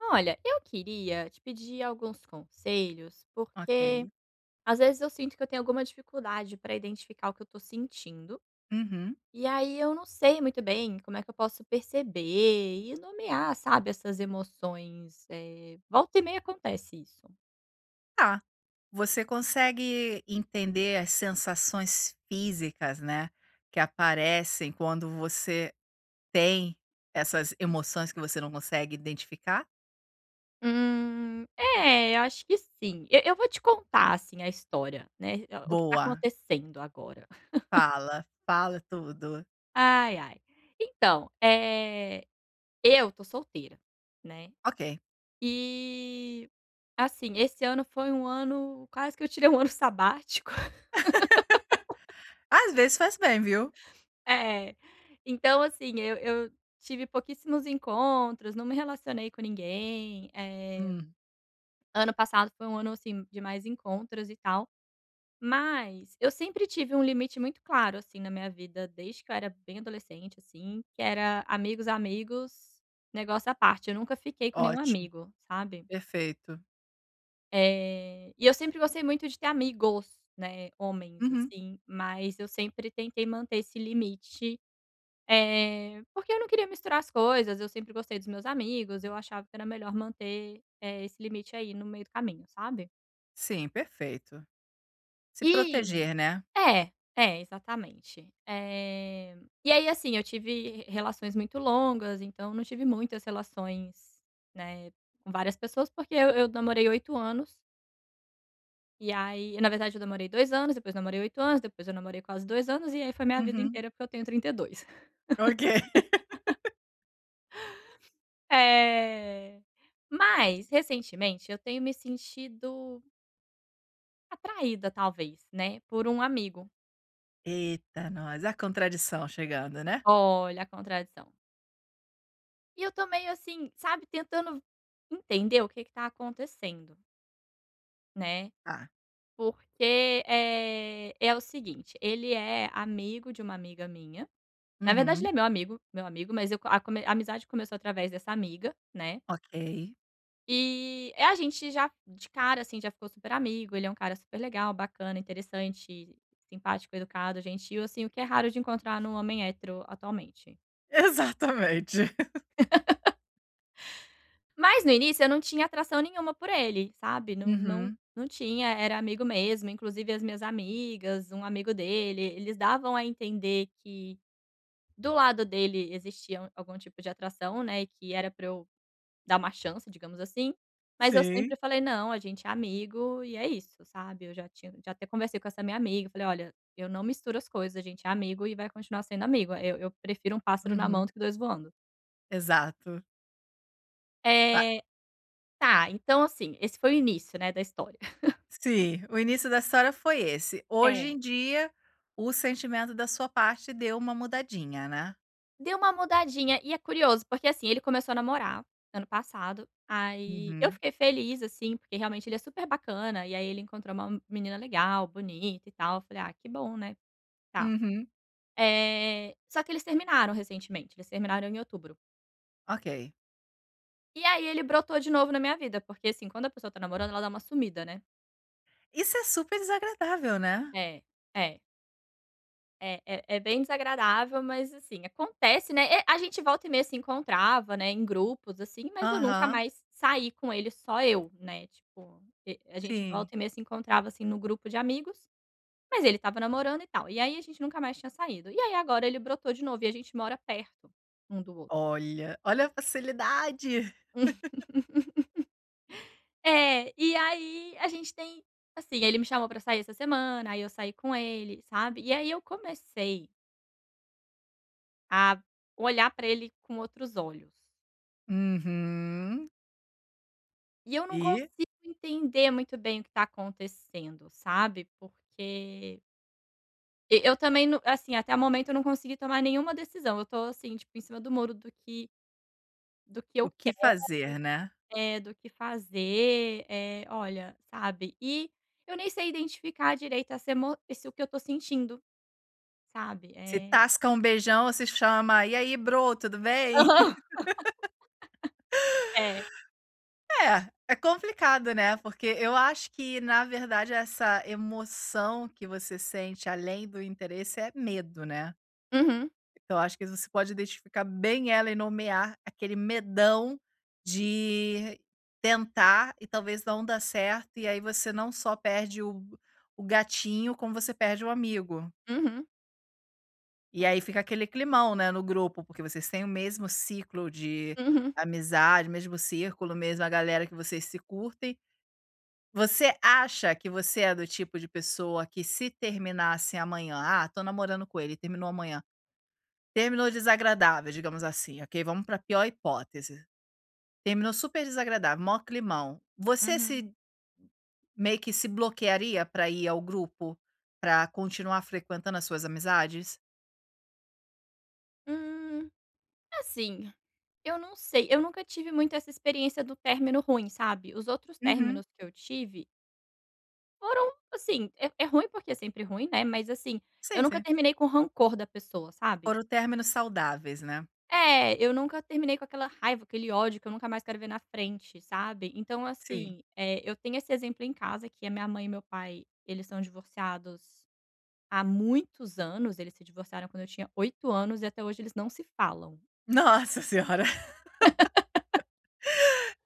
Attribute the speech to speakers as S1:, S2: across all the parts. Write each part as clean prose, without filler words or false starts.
S1: Olha, eu queria te pedir alguns conselhos,
S2: Ok.
S1: porque às vezes eu sinto que eu tenho alguma dificuldade para identificar o que eu tô sentindo.
S2: Uhum.
S1: E aí eu não sei muito bem como é que eu posso perceber e nomear, sabe, essas emoções. Volta e meia acontece isso.
S2: Tá. Você consegue entender as sensações físicas, né, que aparecem quando você tem essas emoções que você não consegue identificar?
S1: É, eu acho que sim. Eu vou te contar, assim, a história, né? O que tá
S2: Boa.
S1: acontecendo agora.
S2: Fala tudo.
S1: Ai, ai. Então, é, eu tô solteira, né?
S2: Ok.
S1: E assim, esse ano foi um ano, quase que eu tirei um ano sabático.
S2: Às vezes faz bem, viu?
S1: É. Então, assim, eu tive pouquíssimos encontros, não me relacionei com ninguém,
S2: Hum,
S1: ano passado foi um ano, assim, de mais encontros e tal, mas eu sempre tive um limite muito claro, assim, na minha vida, desde que eu era bem adolescente, assim, que era amigos, amigos, negócio à parte, eu nunca fiquei com nenhum
S2: ótimo.
S1: amigo, sabe?
S2: Perfeito.
S1: E eu sempre gostei muito de ter amigos, né, homens,
S2: Uhum.
S1: assim, mas eu sempre tentei manter esse limite, porque eu não queria misturar as coisas, eu sempre gostei dos meus amigos, eu achava que era melhor manter, esse limite aí no meio do caminho, sabe.
S2: Sim, perfeito. Se
S1: E
S2: proteger, né?
S1: é, é, exatamente. E aí, assim, eu tive relações muito longas, então não tive muitas relações, né, com várias pessoas, porque eu namorei 8 anos. E aí na verdade eu namorei 2 anos, depois namorei 8 anos, depois eu namorei quase 2 anos, e aí foi minha vida
S2: Uhum.
S1: inteira, porque eu tenho 32.
S2: Ok.
S1: Eh, mas recentemente eu tenho me sentido atraída talvez, né, por um amigo.
S2: Eita, nós. A contradição chegando, né?
S1: Olha a contradição. E eu tô meio assim, sabe, tentando entender o que que tá acontecendo, né,
S2: Tá.
S1: porque, é o seguinte, ele é amigo de uma amiga minha, na verdade
S2: Uhum.
S1: ele é meu amigo, mas eu co- a come a amizade começou através dessa amiga, né.
S2: Ok.
S1: E, a gente já de cara, assim, já ficou super amigo, ele é um cara super legal, bacana, interessante, simpático, educado, gentil, assim, o que é raro de encontrar no homem hétero atualmente.
S2: Exatamente.
S1: Mas no início eu não tinha atração nenhuma por ele, sabe, não não
S2: Uhum.
S1: não tinha, era amigo mesmo, inclusive as minhas amigas, um amigo dele, eles davam a entender que do lado dele existia algum tipo de atração, né, e que era pra eu dar uma chance, digamos assim. Mas eu sempre
S2: Sim.
S1: falei: "Não, a gente é amigo e é isso", sabe. Eu já até conversei com essa minha amiga, falei: "Olha, eu não misturo as coisas, a gente é amigo e vai continuar sendo amigo. Eu prefiro um pássaro na mão
S2: Uhum.
S1: do que 2 voando".
S2: Exato. Pa
S1: É, tá, então assim, esse foi o início, né, da história.
S2: sim, o início da história foi esse. Hoje em
S1: É,
S2: dia, o sentimento da sua parte deu uma mudadinha, né?
S1: deu uma mudadinha e é curioso, porque assim, ele começou a namorar ano passado, aí eu
S2: Uhum.
S1: fiquei feliz, assim, porque realmente ele é super bacana, e aí ele encontrou uma menina legal, bonita e tal. Eu falei: "Ah, que bom, né". Tá.
S2: Uhum.
S1: Só que eles terminaram recentemente, eles terminaram em outubro.
S2: Ok.
S1: E aí ele brotou de novo na minha vida, porque, assim, quando a pessoa tá namorando, ela dá uma sumida, né.
S2: Isso é super desagradável, né?
S1: É, é, é bem desagradável, mas, assim, acontece, né. A gente volta e meia se encontrava, né, em grupos, assim, mas eu nunca
S2: Aham.
S1: mais saí com ele, só eu, né, tipo, e a gente
S2: Sim.
S1: volta e meia se encontrava, assim, no grupo de amigos, mas ele estava namorando e tal. E aí a gente nunca mais tinha saído. E aí agora ele brotou de novo e a gente mora perto um do outro.
S2: Olha, olha a facilidade.
S1: É, e aí a gente tem, assim, ele me chamou pra sair essa semana, aí eu saí com ele, sabe. E aí eu comecei a olhar pra ele com outros olhos.
S2: Uhum.
S1: E eu não
S2: E
S1: consigo entender muito bem o que tá acontecendo, sabe, porque e eu também não, assim, até o momento eu não consegui tomar nenhuma decisão. Eu tô assim, tipo, em cima do muro do que
S2: o
S1: eu
S2: que fazer, né?
S1: quero, do que fazer, é olha, sabe. E eu nem sei identificar direito essa emo esse o que eu tô sentindo, sabe,
S2: Se tasca um beijão, se chama: "E aí, bro, tudo bem?"
S1: Aham. É.
S2: É, é complicado, né, porque eu acho que, na verdade, essa emoção que você sente além do interesse é medo, né.
S1: Uhum,
S2: Então acho que você pode identificar bem ela e nomear aquele medão de tentar e talvez não dar certo, e aí você não só perde o gatinho, como você perde o amigo.
S1: uhum,
S2: E aí
S1: é.
S2: fica aquele climão, né, no grupo, porque vocês têm o mesmo ciclo de
S1: Uhum,
S2: amizade, mesmo círculo, mesma galera que vocês se curtem. Você acha que você é do tipo de pessoa que se terminasse amanhã, "Ah, tô namorando com ele, terminou amanhã", terminou desagradável, digamos assim, ok, vamos pra pior hipótese, terminou super desagradável, maior climão, você
S1: uhum.
S2: se meio que se bloquearia pra ir ao grupo, pra continuar frequentando as suas amizades?
S1: Hum, assim, eu não sei, eu nunca tive muito essa experiência do término ruim, sabe. Os outros
S2: Uhum.
S1: términos que eu tive foram, assim, é ruim porque é sempre ruim, né, mas, assim, eu
S2: Sim,
S1: nunca
S2: sim.
S1: terminei com rancor da pessoa, sabe.
S2: Foram términos saudáveis, né.
S1: É, eu nunca terminei com aquela raiva, aquele ódio, que eu nunca mais quero ver na frente, sabe. Então,
S2: Sim.
S1: assim, eu tenho esse exemplo em casa, que a minha mãe e meu pai, eles são divorciados há muitos anos, eles se divorciaram quando eu tinha 8 anos e até hoje eles não se falam.
S2: Nossa senhora,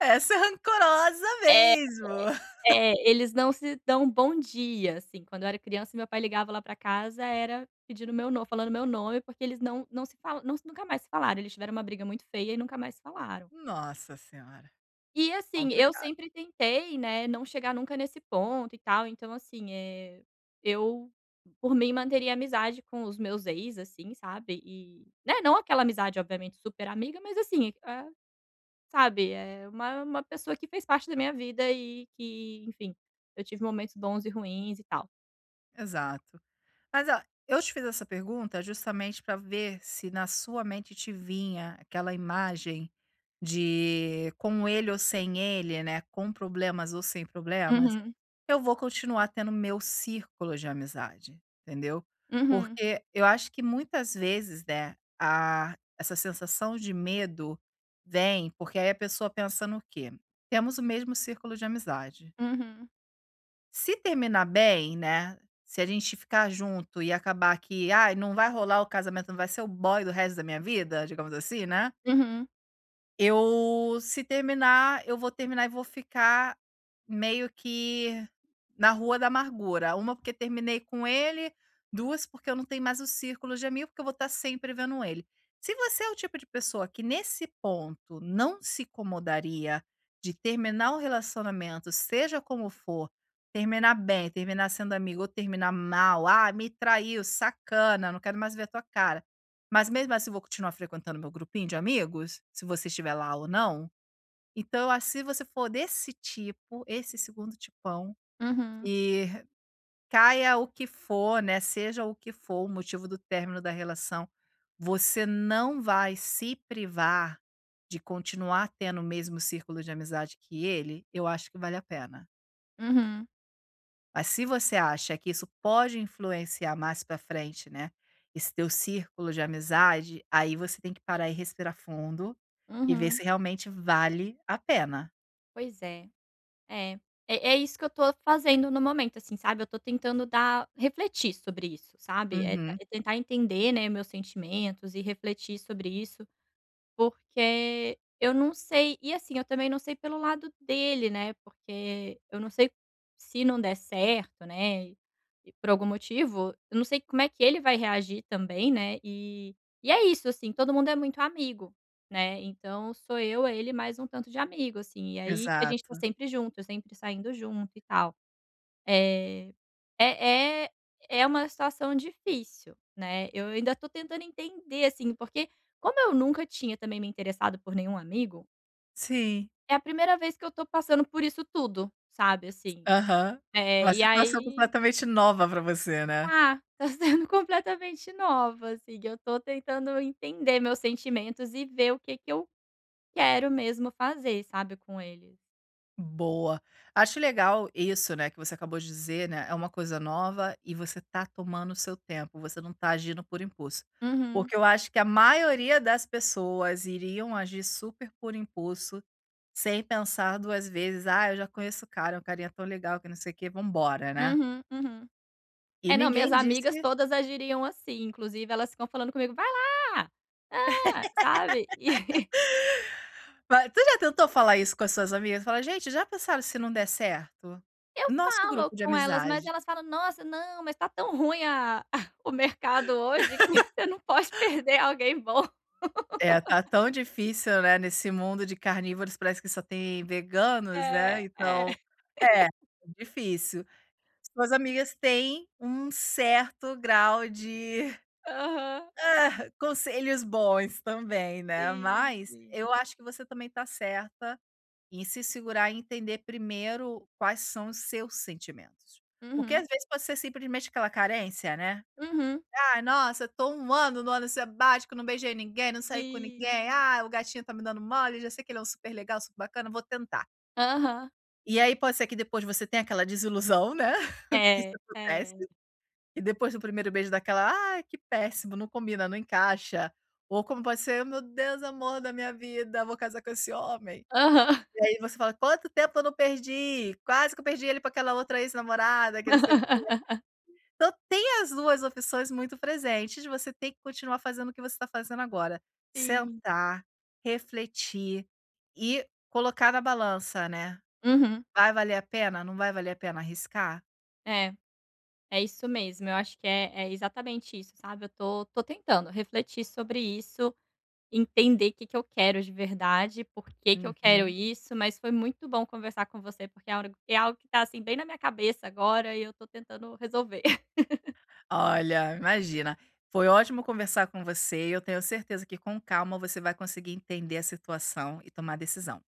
S2: essa é rancorosa
S1: É.
S2: mesmo.
S1: É, eles não se dão um bom dia, assim, quando eu era criança meu pai ligava lá pra casa era pedindo meu nome, falando meu nome, porque eles não se falam, não, nunca mais se falaram, eles tiveram uma briga muito feia e nunca mais se falaram.
S2: Nossa senhora,
S1: E assim, eu
S2: complicado.
S1: sempre tentei, né, não chegar nunca nesse ponto e tal, então assim, é eu, por mim, manteria amizade com os meus ex, assim, sabe, e, né, não aquela amizade obviamente super amiga, mas assim, sabe, é uma pessoa que fez parte da minha vida e que, enfim, eu tive momentos bons e ruins e tal.
S2: Exato. Mas ó, eu te fiz essa pergunta justamente para ver se na sua mente te vinha aquela imagem de com ele ou sem ele, né? Com problemas ou sem problemas,
S1: Uhum,
S2: eu vou continuar tendo meu círculo de amizade, entendeu?
S1: uhum,
S2: Porque eu acho que muitas vezes, né, a, essa sensação de medo vem porque aí a pessoa pensa no quê? Temos o mesmo círculo de amizade
S1: uhum,
S2: se terminar bem, né, se a gente ficar junto e acabar que, "Ai, não vai rolar o casamento, não vai ser o boy do resto da minha vida", digamos assim, né.
S1: uhum,
S2: Eu se terminar, eu vou terminar e vou ficar meio que na rua da amargura. Uma porque terminei com ele, 2 porque eu não tenho mais o círculo de amigo, porque eu vou estar sempre vendo ele. Se você é o tipo de pessoa que nesse ponto não se incomodaria de terminar um relacionamento, seja como for, terminar bem, terminar sendo amigo ou terminar mal, "Ah, me traiu, sacana, não quero mais ver a tua cara". Mas mesmo assim eu vou continuar frequentando meu grupinho de amigos? Se você estiver lá ou não? Então eu acho se você for desse tipo, esse segundo tipão,
S1: uhum,
S2: e caia o que for, né, seja o que for o motivo do término da relação, você não vai se privar de continuar tendo o mesmo círculo de amizade que ele, eu acho que vale a pena.
S1: uhum,
S2: Mas se você acha que isso pode influenciar mais para frente, né, esse teu círculo de amizade, aí você tem que parar e respirar fundo e ver se
S1: uhum.
S2: realmente vale a pena.
S1: Pois é, é. É é isso que eu tô fazendo no momento, assim, sabe, eu tô tentando dar refletir sobre isso, sabe,
S2: Uhum,
S1: é tentar entender, né, meus sentimentos e refletir sobre isso. Porque eu não sei e assim, eu também não sei pelo lado dele, né, porque eu não sei se não der certo, né, e por algum motivo, eu não sei como é que ele vai reagir também, né, e é isso, assim, todo mundo é muito amigo, né, então sou eu, ele, mais um tanto de amigo, assim, e aí que a gente tá
S2: exato.
S1: sempre junto, sempre saindo junto e tal. É é é uma situação difícil, né, eu ainda estou tentando entender, assim, porque como eu nunca tinha também me interessado por nenhum amigo,
S2: Sim.
S1: é a primeira vez que eu estou passando por isso tudo, sabe, assim.
S2: Aham.
S1: É
S2: Uma
S1: e
S2: situação
S1: aí
S2: completamente nova para você, né?
S1: tá, tá sendo completamente nova, assim, eu estou tentando entender meus sentimentos e ver o que que eu quero mesmo fazer, sabe, com eles.
S2: Boa. Acho legal isso, né, que você acabou de dizer, né, é uma coisa nova e você tá tomando o seu tempo, você não tá agindo por impulso.
S1: Uhum,
S2: Porque eu acho que a maioria das pessoas iriam agir super por impulso, sem pensar 2 vezes: "Ah, eu já conheço o cara, é um carinha tão legal que não sei o quê, vamos embora", né.
S1: uhum, uhum.
S2: E
S1: É, não, minhas
S2: ninguém disse
S1: amigas
S2: que
S1: todas agiriam assim, inclusive elas ficam falando comigo: "Vai lá! É, sabe? E
S2: ma tu já tentou falar isso com as suas amigas? Fala: "Gente, já pensaram se não der certo?
S1: eu
S2: Nosso
S1: falo
S2: grupo de
S1: com elas, mas
S2: amizade".
S1: elas falam: "Nossa, não, mas tá tão ruim a o mercado hoje que você não pode perder alguém bom".
S2: É, tá tão difícil, né, nesse mundo de carnívoros, parece que só tem veganos, né,
S1: É, é.
S2: então é, difícil. Suas amigas têm um certo grau de,
S1: Aham.
S2: ah, conselhos bons também, né,
S1: Sim,
S2: mas
S1: sim.
S2: eu acho que você também tá certa em se segurar e entender primeiro quais são os seus sentimentos. Porque
S1: Uhum,
S2: às vezes pode ser simplesmente aquela carência, né.
S1: uhum.
S2: Ah, nossa, tô um ano no ano sabático, não beijei ninguém, não saí com
S1: Sim.
S2: ninguém. Ah, o gatinho tá me dando mole, já sei que ele é um super legal, super bacana, vou tentar.
S1: Aham.
S2: E aí pode ser que depois você tenha aquela desilusão, né, que isso
S1: É,
S2: acontece,
S1: é.
S2: e depois do primeiro beijo daquela, ah, que péssimo, não combina, não encaixa". Ou como pode ser: "Meu Deus, amor da minha vida, vou casar com esse homem".
S1: Aham.
S2: E aí você fala: "Quanto tempo eu não perdi, quase que eu perdi ele pra aquela outra ex-namorada, que não sei". Então tem as 2 opções muito presentes, você tem que continuar fazendo o que você está fazendo agora,
S1: Sim.
S2: sentar, refletir e colocar na balança, né.
S1: Uhum.
S2: Vai valer a pena? Não vai valer a pena arriscar?
S1: É, é isso mesmo. Eu acho que é exatamente isso, sabe? Eu tô tentando refletir sobre isso. Entender o que que eu quero de verdade, por que que eu quero
S2: Uhum.
S1: isso, mas foi muito bom conversar com você, porque é algo que tá, assim, bem na minha cabeça agora e eu tô tentando resolver.
S2: Olha, imagina, foi ótimo conversar com você e eu tenho certeza que com calma você vai conseguir entender a situação e tomar decisão.